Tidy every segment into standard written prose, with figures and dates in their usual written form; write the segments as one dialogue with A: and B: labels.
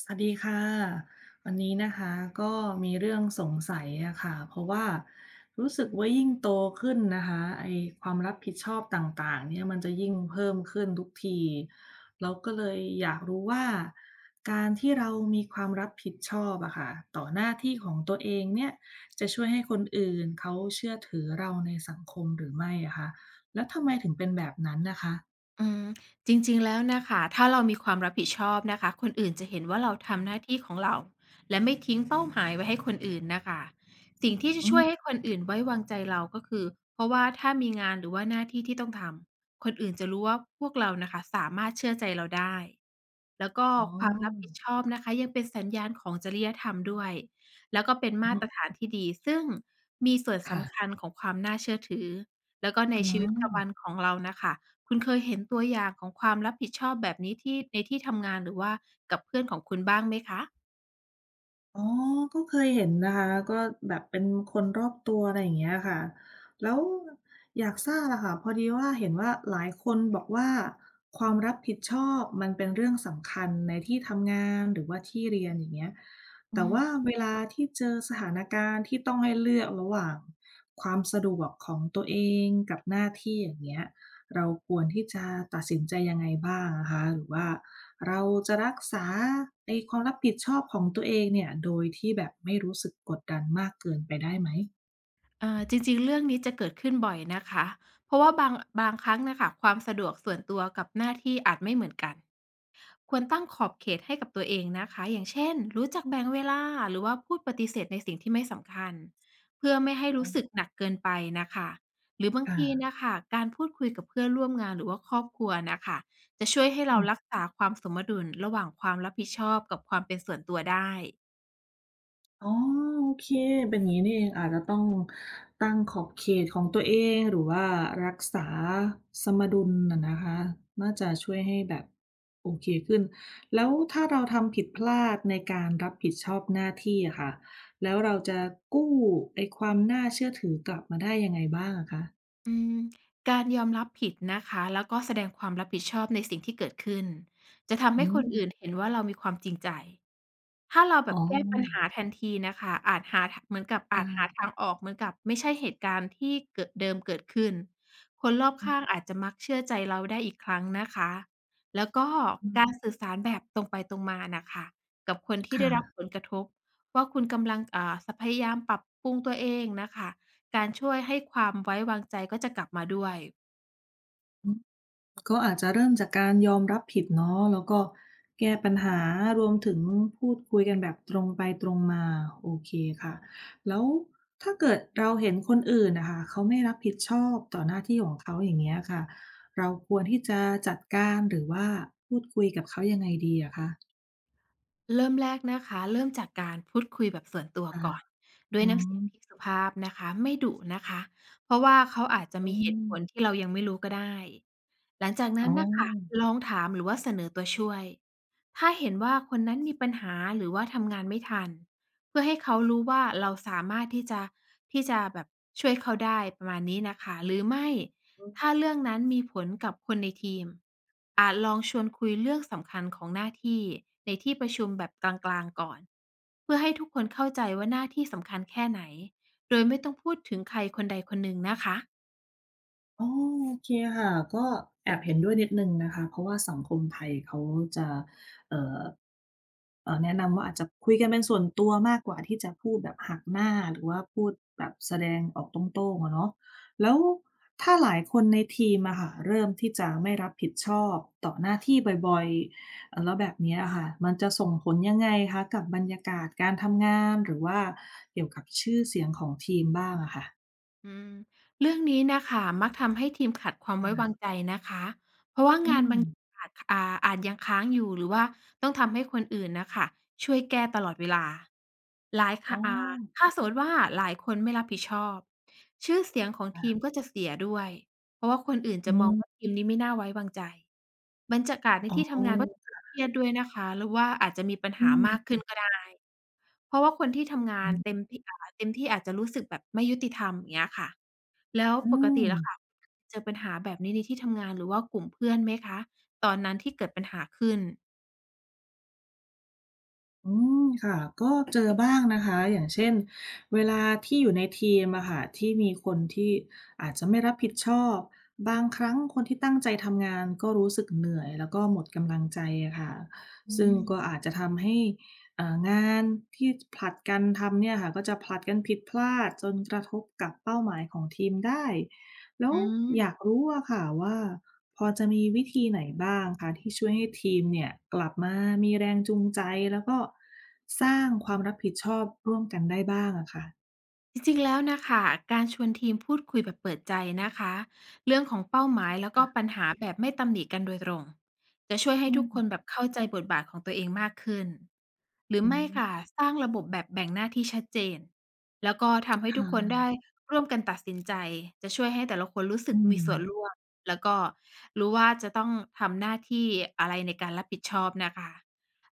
A: สวัสดีค่ะวันนี้นะคะก็มีเรื่องสงสัยอะค่ะเพราะว่ารู้สึกว่ายิ่งโตขึ้นนะคะไอความรับผิดชอบต่างๆเนี่ยมันจะยิ่งเพิ่มขึ้นทุกทีเราก็เลยอยากรู้ว่าการที่เรามีความรับผิดชอบอะค่ะต่อหน้าที่ของตัวเองเนี่ยจะช่วยให้คนอื่นเขาเชื่อถือเราในสังคมหรือไม่อะคะแล้วทำไมถึงเป็นแบบนั้นนะคะ
B: อืมจริงๆแล้วนะคะถ้าเรามีความรับผิดชอบนะคะคนอื่นจะเห็นว่าเราทำหน้าที่ของเราและไม่ทิ้งเป้าหมายไว้ให้คนอื่นน่ะค่ะสิ่งที่จะ
A: อื
B: ช่ว
A: ม
B: ยให้คนอื่นไว้วางใจเราก็คือเพราะว่าถ้ามีงานหรือว่าหน้าที่ที่ต้องทำคนอื่นจะรู้ว่าพวกเราน่ะค่ะสามารถเชื่อใจเราได้แล้วก็
A: อ๋
B: ความรับผิด
A: อ
B: ชอบนะคะยังเป็นสัญญาณของจริยธรรมด้วยแล้วก็เป็น
A: อื
B: มาตร
A: ม
B: ฐานที่ดีซึ่งมีส่วน
A: ค่ะ
B: สำคัญของความน่าเชื่อถือแล้วก็ใน
A: อื
B: ชีวิต
A: ม
B: ประจำวันของเราน่ะค่ะ คุณเคยเห็นตัวอย่างของความรับผิดชอบแบบนี้ที่ในที่ทำงานหรือว่ากับเพื่อนของคุณบ้างไหมคะ
A: อ๋อก็เคยเห็นนะคะก็แบบเป็นคนรอบตัวอะไรอย่างเงี้ยค่ะ แล้วอยากทราบอะค่ะพอดีว่าเห็นว่าหลายคนบอกว่าความรับผิดชอบมันเป็นเรื่องสำคัญในที่ทำงานหรือว่าที่เรียนอย่างเงี้ย
B: อื
A: แต่
B: ม
A: ว่าเวลาที่เจอสถานการณ์ที่ต้องให้เลือกระหว่างความสะดวกของตัวเองกับหน้าที่อย่างเงี้ยเราควรที่จะตัดสินใจยังไงบ้างอะคะหรือว่า เราจะรักษาไอ้ความรับผิดชอบของตัวเองเนี่ยโดยที่แบบไม่รู้สึกกดดันมากเกินไปได้ไหม
B: จริงๆ เรื่องนี้จะเกิดขึ้นบ่อยนะคะ เพราะว่าบางครั้งน่ะค่ะความสะดวกส่วนตัวกับหน้าที่อาจไม่เหมือนกัน ควรตั้งขอบเขตให้กับตัวเองนะคะอย่างเช่นรู้จักแบ่งเวลาหรือว่าพูดปฏิเสธในสิ่งที่ไม่สำคัญเพื่อไม่ให้
A: อ๋
B: รู้สึก
A: อ
B: หนักเกินไปนะคะหรือบางที
A: ค่ะ
B: นะคะการพูดคุยกับเพื่อนร่วมงานหรือว่าครอบครัวนะคะจะช่วยให้เรา
A: อืม
B: รักษาความสมดุลระหว่างความรับผิดชอบกับความเป็นส่วนตัวได้
A: อ๋อโอเคเป็นอย่างงี้นี่เองอาจจะต้องตั้งขอบเขตของตัวเองหรือว่ารักษาสมดุลน่ะนะคะน่าจะช่วยให้แบบโอเคขึ้นแล้วถ้าเราทำผิดพลาดในการรับผิดชอบหน้าที่อะค่ะแล้วเราจะกู้ไอ้ความน่าเชื่อถือกลับมาได้ยังไงบ้างอะคะ
B: อืมการยอมรับผิดนะคะแล้วก็แสดงความรับผิดชอบในสิ่งที่เกิดขึ้นจะทำ
A: อื
B: ให้คน
A: ม
B: อื่นเห็นว่าเรามีความจริงใจ ถ้าเราแบ
A: อ๋อ
B: บแก้ปัญหาทันทีน่ะค่ะอาจหาทเหมือนกับอาจหา
A: ค่ะ
B: ทางออกเหมือนกับไม่ใช่เหตุการณ์ที่เกิดขึ้นคนรอบ
A: อื
B: ข้าง
A: ม
B: อาจจะมักเชื่อใจเราได้อีกครั้งนะคะแล้วก็
A: อื
B: การ
A: ม
B: สื่อสารแบบตรงไปตรงมาน่ะค่ะกับคนที่ได้
A: ค่ะ
B: รับผลกระทบว่าคุณกำลังอ่าสพยายามปรับปรุงตัวเองน่ะค่ะการช่วยให้ความไว้วางใจก็จะกลับมาด้วย
A: อืมก็อาจจะเริ่มจากการยอมรับผิดเนาะแล้วก็แก้ปัญหารวมถึงพูดคุยกันแบบตรงไปตรงมา โอเคค่ะ แล้วถ้าเกิดเราเห็นคนอื่นน่ะค่ะเขาไม่รับผิดชอบต่อหน้าที่ของเขาอย่างเงี้ยค่ะ เราควรที่จะจัดการหรือว่าพูดคุยกับเขายังไงดีอะคะ
B: เริ่มแรกนะคะเริ่มจากการพูดคุยแบบส่วนตัว
A: ค่ะ
B: ก่อนด้ว
A: อื
B: ยน้ำเสีย
A: ม
B: งที่สุภาพนะคะไม่ดุนะคะเพราะว่าเขาอาจจะ
A: อื
B: มีเหตุ
A: ม
B: ผลที่เรายังไม่รู้ก็ได้หลังจาก
A: อ๋
B: นั้
A: อ
B: นนะคะลองถามหรือว่าเสนอตัวช่วยถ้าเห็นว่าคนนั้นมีปัญหาหรือว่าทำงานไม่ทันเพื่อให้เขารู้ว่าเราสามารถที่จะที่จะแบบช่วยเขาได้ประมาณนี้นะคะหรือไม่ ถ้าเรื่องนั้นมีผลกับคนในทีมอาจลองชวนคุยเรื่องสำคัญของหน้าที่ในที่ประชุมแบบกลางๆก่อนเพื่อให้ทุกคนเข้าใจว่าหน้าที่สำคัญแค่ไหนโดยไม่ต้องพูดถึงใครคนใดคนหนึ่งนะคะ
A: อ๋อโอเคค่ะก็แอบเห็นด้วยนิดหนึ่งนะคะเพราะว่าสังคมไทยเขาจะเอ่อแนะนำว่าอาจจะคุยกันเป็นส่วนตัวมากกว่าที่จะพูดแบบหักหน้าหรือว่าพูดแบบแสดงออกตรงๆอะเนาะแล้วถ้าหลายคนในทีมอะค่ะเริ่มที่จะไม่รับผิดชอบต่อหน้าที่บ่อยๆแล้วแบบเนี้ยอะค่ะมันจะส่งผลยังไงคะกับบรรยากาศการทำงานหรือว่าเกี่ยวกับชื่อเสียงของทีมบ้างอะค่ะ
B: อืมเรื่องนี้น่ะค่ะมักทำให้ทีมขาดความไว้
A: อา
B: วางใจนะคะเพราะว่า
A: อื
B: งานบา
A: ม
B: งอาจอ่าอาจยังค้างอยู่หรือว่าต้องทำให้คนอื่นน่ะค่ะช่วยแก้ตลอดเวลาหลาย
A: อ๋
B: ค่ะ
A: อ
B: ถ้าสมมุติว่าหลายคนไม่รับผิดชอบชื่อเสียงของ
A: ค่ะ
B: ทีมก็จะเสียด้วย เพราะว่าคนอื่นจะ
A: อื
B: มอง
A: ม
B: ว่าทีมนี้ไม่น่าไว้วางใจบรรยากาศใน
A: อ๋
B: ที่ทำงานก็จะ
A: อ
B: เครียดด้วยนะคะหรือว่าอาจจะมีปัญ
A: อื
B: หามากขึ้
A: ม
B: นก็ได้เพราะว่าคนที่ทำงา
A: อื
B: น
A: ม
B: เต็มที่อาจจะรู้สึกแบบไม่ยุติธรรมอย่างเงี้ยค่ะแล้ว
A: อื
B: ปก
A: ม
B: ติแล้วค่ะเจอปัญหาแบบนี้ในที่ทำงานหรือว่ากลุ่มเพื่อนไหมคะตอนนั้นที่เกิดปัญหาขึ้น
A: อืม ค่ะ ก็เจอบ้างนะคะ อย่างเช่นเวลาที่อยู่ในทีมอะค่ะที่มีคนที่อาจจะไม่รับผิดชอบบางครั้งคนที่ตั้งใจทำงานก็รู้สึกเหนื่อยแล้วก็หมดกำลังใจอะค่ะ
B: อื
A: ซึ่งก็
B: ม
A: อาจจะทำให้งานที่ผลัดกันทำเนี่ยค่ะก็จะผลัดกันผิดพลาดจนกระทบกับเป้าหมายของทีมได้ แล้ว
B: อื
A: อยา
B: ม
A: กรู้อะค่ะว่าพอจะมีวิธีไหนบ้างคะที่ช่วยให้ทีมเนี่ยกลับมามีแรงจูงใจแล้วก็สร้างความรับผิดชอบร่วมกันได้บ้างอะค่ะ
B: จริงๆ แล้วนะคะ การชวนทีมพูดคุยแบบเปิดใจนะคะ เรื่องของเป้าหมายแล้วก็
A: ค่ะ
B: ปัญหาแบบไม่ตำหนิกันโดยตรง จะช่วยให้
A: อื
B: ทุ
A: ม
B: กคนแบบเข้าใจบทบาทของตัวเองมากขึ้นหรือ
A: อื
B: ไม่
A: ม
B: ค่ะ สร้างระบบแบบแบ่งหน้าที่ชัดเจนแล้วก็ทำให้ทุกคน
A: ค่ะ
B: ได้ร่วมกันตัดสินใจ จะช่วยให้แต่ละคนรู้สึก
A: อื
B: มี
A: ม
B: ส่วนร่วม แล้วก็รู้ว่าจะต้องทำหน้าที่อะไรในการรับผิดชอบนะคะ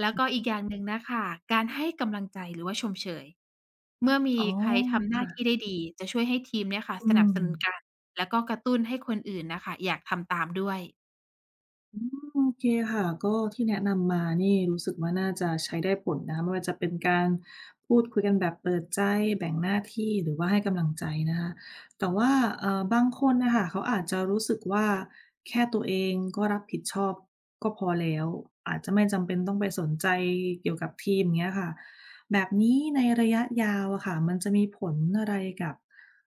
B: แล้วก็อีกอย่างหนึ่งนะค่ะการให้กำลังใจหรือว่าชมเชยเมื่อมี
A: อ๋อ
B: ใครทำหน้า
A: ค่ะ
B: ที่ได้ดีจะช่วยให้ทีมเนี่ยค่ะ
A: อื
B: สนับ
A: ม
B: สนุนกันแล้วก็กระตุ้นให้คนอื่นน่ะค่ะอยากทำตามด้วย
A: อืมโอเคค่ะก็ที่แนะนำมานี่รู้สึกว่าน่าจะใช้ได้ผลนะคะไม่ว่าจะเป็นการพูดคุยกันแบบเปิดใจแบ่งหน้าที่หรือว่าให้กำลังใจนะคะแต่ว่าบางคนน่ะค่ะเขาอาจจะรู้สึกว่าแค่ตัวเองก็รับผิดชอบก็พอแล้วอาจจะไม่จำเป็นต้องไปสนใจเกี่ยวกับทีมเงี้ยค่ะแบบนี้ในระยะยาวอะค่ะมันจะมีผลอะไรกับ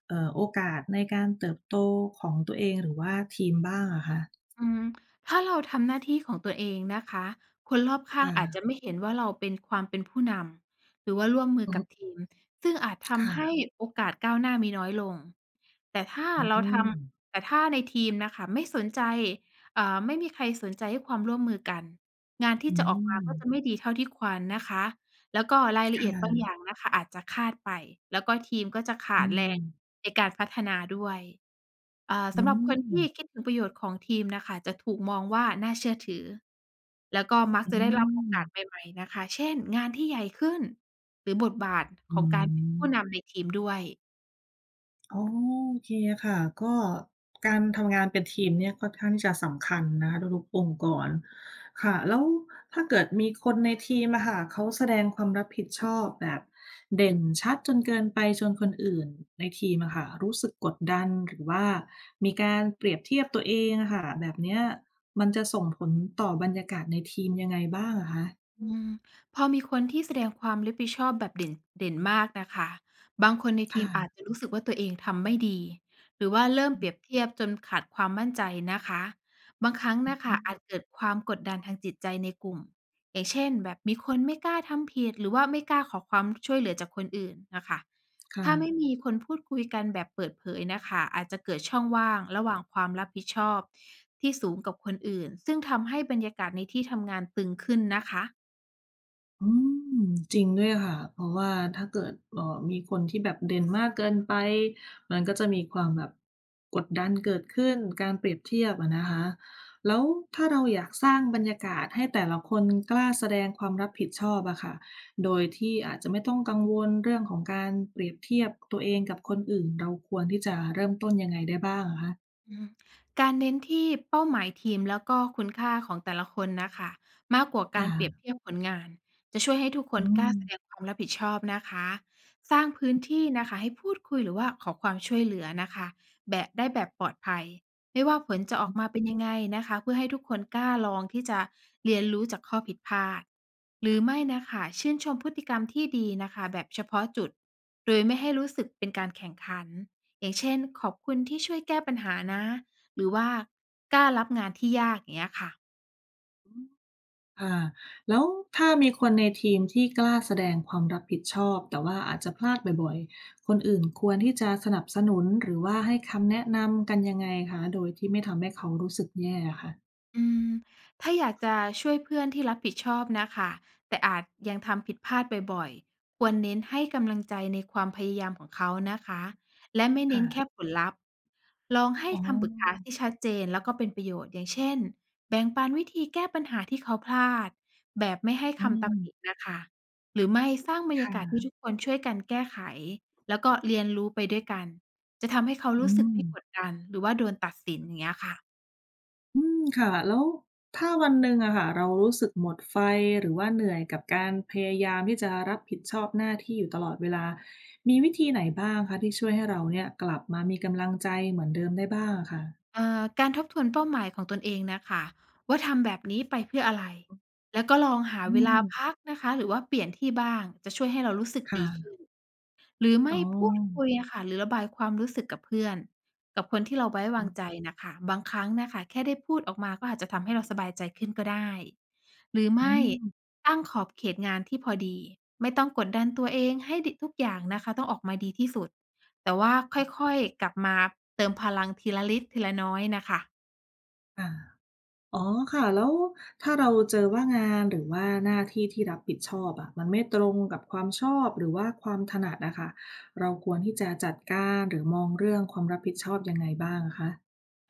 A: โอกาสในการเติบโตของตัวเองหรือว่าทีมบ้างอะคะ
B: อืมถ้าเราทำหน้าที่ของตัวเองนะคะคนรอบข้างอาจจะ
A: ค่ะ
B: ไม่เห็นว่าเราเป็นความเป็นผู้นำหรือว่าร่วมมือ
A: อือ
B: กั
A: ฮึ
B: บทีมซึ่งอาจทำให้
A: ค่ะ
B: โอกาสก้าวหน้ามีน้อยลงแต่ถ้า
A: อื
B: เราท
A: ม
B: แต่ถ้าในทีมน่ะค่ะไม่สนใจไม่มีใครสนใจให้ความร่วมมือกันงานที่
A: อื
B: จะออกมา
A: ม
B: ก็จะไม่ดีเท่าที่ควรนะคะ แล้วก็รายละเอียดบาง
A: ค่ะ
B: อย่างนะคะอาจจะคลาดไปแล้วก็ทีมก็จะขา
A: อื
B: ดแรง
A: ม
B: ในการพัฒนาด้วย
A: อื
B: สำหรับคน
A: ม
B: ที่คิดถึงประโยชน์ของทีมน่ะค่ะจะถูกมองว่าน่าเชื่อถือแล้วก็มัก
A: อื
B: จะได้รับโอ
A: ม
B: กาสใหม่ๆนะคะเช่นงานที่ใหญ่ขึ้นหรือบทบาทข
A: อื
B: องการเป็น
A: ม
B: ผู้นำในทีมด้วย
A: อ๋อโอเคค่ะก็การทำงานเป็นทีมเนี่ยค่อนข้างที่จะสำคัญนะคะทุกๆองค์กรค่ะแล้วถ้าเกิดมีคนในทีมอะค่ะเขาแสดงความรับผิดชอบแบบเด่นชัดจนเกินไปจนคนอื่นในทีมอะค่ะรู้สึกกดดันหรือว่ามีการเปรียบเทียบตัวเองอะค่ะแบบเนี้ยมันจะส่งผลต่อบรรยากาศในทีมยังไงบ้างอะคะ
B: อืมพอมีคนที่แสดงความรับผิดชอบแบบเด่นมากนะคะบางคนในทีมอาจ
A: ค่ะ
B: จะรู้สึกว่าตัวเองทำไม่ดีหรือว่าเริ่มเปรียบ
A: อื
B: เทียบจนขาดความมั่นใจนะคะบางครั้ง
A: อ
B: นะ
A: ฮึ
B: คะอาจเกิดความกดดันทางจิตใจในกลุ่มอย่างเช่นแบบมีคนไม่กล้าทำผิดหรือว่าไม่กล้าขอความช่วยเหลือจากคนอื่นนะคะ
A: ค
B: ถ้าไม่
A: ่ะ
B: มีคนพูดคุยกันแบบเปิดเผยนะคะอาจจะเกิดช่องว่างระหว่างความรับผิดชอบที่สูงกับคนอื่นซึ่งทำให้บรรยากาศในที่ทำงานตึงขึ้นนะคะ
A: อืมจริงด้วยค่ะเพราะว่าถ้าเกิดมีคนที่แบบเด่นมากเกินไปมันก็จะมีความแบบกดดันเกิดขึ้นการเปรียบเทียบอะนะคะ แล้วถ้าเราอยากสร้างบรรยากาศให้แต่ละคนกล้าแสดงความรับผิดชอบอะค่ะ โดยที่อาจจะไม่ต้องกังวลเรื่องของการเปรียบเทียบตัวเองกับคนอื่น เราควรที่จะเริ่มต้นยังไงได้บ้างอะคะ
B: อืมการเน้นที่เป้าหมายทีมแล้วก็คุณค่าของแต่ละคนน่ะค่ะมากกว่า
A: ค
B: การเปรียบ
A: ่ะ
B: เทียบผลงานจะช่วยให้ทุกค
A: อื
B: นก
A: ม
B: ล้าแสดงความรับผิดชอบนะคะสร้างพื้นที่นะคะให้พูดคุยหรือว่าขอความช่วยเหลือนะคะแบบได้แบบปลอดภัยไม่ว่าผลจะออกมาเป็นยังไงนะคะเพื่อให้ทุกคนกล้าลองที่จะเรียนรู้จากข้อผิดพลาดหรือไม่นะคะชื่นชมพฤติกรรมที่ดีนะคะแบบเฉพาะจุดโดยไม่ให้รู้สึกเป็นการแข่งขัน อย่างเช่นขอบคุณที่ช่วยแก้ปัญหานะหรือว่ากล้ารับงานที่ยากอย่างเงี้ยค่ะ
A: ค่ะแล้วถ้ามีคนในทีมที่กล้าแสดงความรับผิดชอบแต่ว่าอาจจะพลาดบ่อยๆคนอื่นควรที่จะสนับสนุนหรือว่าให้คำแนะนำกันยังไงคะโดยที่ไม่ทำให้เขารู้สึกแย่อะค่ะ
B: อืมถ้าอยากจะช่วยเพื่อนที่รับผิดชอบนะคะแต่อาจยังทำผิดพลาดบ่อยๆควรเน้นให้กำลังใจในความพยายามของเขานะคะและไม่เน้
A: ค่ะ
B: นแค่ผลลัพธ์ลองให้
A: อ๋อ
B: คำปรึกษาที่ชัดเจนแล้วก็เป็นประโยชน์อย่างเช่นแบ่งปันวิธีแก้ปัญหาที่เขาพลาดแบบไม่ให้
A: อื
B: คำ
A: ม
B: ตำหนินะคะหรือไม่สร้างบรรยากาศที่
A: ค่ะ
B: ทุกคนช่วยกันแก้ไขแล้วก็เรียนรู้ไปด้วยกันจะทำให้เขา
A: อื
B: รู้สึก
A: ม
B: ไม่กดดันหรือว่าโดนตัดสินอย่างเงี้ยค่ะ
A: อืมค่ะแล้วถ้าวันหนึ่งอะค่ะเรารู้สึกหมดไฟหรือว่าเหนื่อยกับการพยายามที่จะรับผิดชอบหน้าที่อยู่ตลอดเวลามีวิธีไหนบ้างคะที่ช่วยให้เราเนี่ยกลับมามีกำลังใจเหมือนเดิมได้บ้างอะค่ะ
B: อ่าการทบทวนเป้าหมายของตนเองน่ะค่ะว่าทำแบบนี้ไปเพื่ออะไรแล้วก็ลองหา
A: อื
B: เว
A: ม
B: ลาพักนะคะหรือว่าเปลี่ยนที่บ้างจะช่วยให้เรารู้สึกดีขึ้
A: ค่ะ
B: น หรือ
A: อ๋อ
B: ไม่พูดคุยอะค่ะหรือระบายความรู้สึกกับเพื่อนกับคนที่เราไว้
A: อื
B: วางใจ
A: ม
B: น่ะค่ะบางครั้งน่ะค่ะแค่ได้พูดออกมาก็อาจจะทำให้เราสบายใจขึ้นก็ได้หรือ
A: อื
B: ไม่
A: ม
B: ตั้งขอบเขตงานที่พอดีไม่ต้องกดดันตัวเองให้ดิทุกอย่างนะคะต้องออกมาดีที่สุดแต่ว่า
A: อ๋อ
B: ค่อยๆกลับมาเติมพลังทีละเล็กทีละน้อยน่ะค่ะ
A: ค่ะอ๋อค่ะแล้วถ้าเราเจอว่างานหรือว่าหน้าที่ที่รับผิดชอบอะมันไม่ตรงกับความชอบหรือว่าความถนัดอะค่ะเราควรที่จะจัดการหรือมองเรื่องความรับผิดชอบยังไงบ้างอะคะ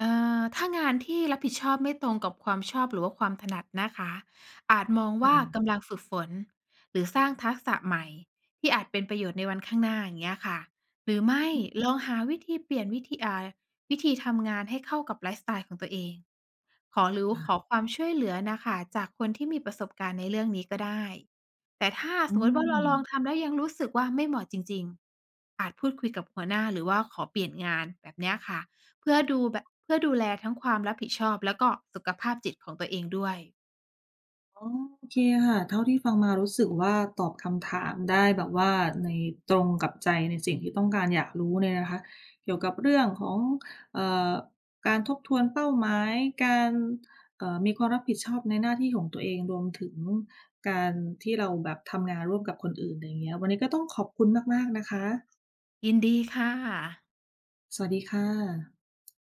B: เอ่ถ้างานที่รับผิดชอบไม่ตรงกับความชอบหรือว่าความถนัดนะคะอาจมอง
A: ค
B: ว่ากำ
A: ่ะ
B: ลังฝึกฝนหรือสร้างทักษะใหม่ที่อาจเป็นประโยชน์ในวันข้างหน้าอย่างเงี้ยค่ะหรือไม่ลองหาวิธีเปลี่ยนวิธีทำงานให้เข้ากับไลฟ์สไตล์ของตัวเองขอหรือ
A: ค่ะ
B: ขอความช่วยเหลือน่ะค่ะจากคนที่มีประสบการณ์ในเรื่องนี้ก็ได้แต่ถ้าส
A: อื
B: มมุติว่า
A: ม
B: เราลองทำแล้วยังรู้สึกว่าไม่เหมาะจริงๆอาจพูดคุยกับหัวหน้าหรือว่าขอเปลี่ยนงานแบบเนี้ยค่ะ เพื่อดูแลทั้งความรับผิดชอบแล้วก็สุขภาพจิตของตัวเองด้วย
A: อ๋อโอเคค่ะ เท่าที่ฟังมารู้สึกว่าตอบคำถามได้แบบว่าในตรงกับใจในสิ่งที่ต้องการอยากรู้เนี่ยนะคะเกี่ยวกับเรื่องของเอ่อการทบทวนเป้าหมายการมีความรับผิดชอบในหน้าที่ของตัวเองรวมถึงการที่เราแบบทำงานร่วมกับคนอื่นไรเงี้ยวันนี้ก็ต้องขอบคุณมากๆนะคะ
B: ยินดีค่ะ
A: สวัสดีค่ะ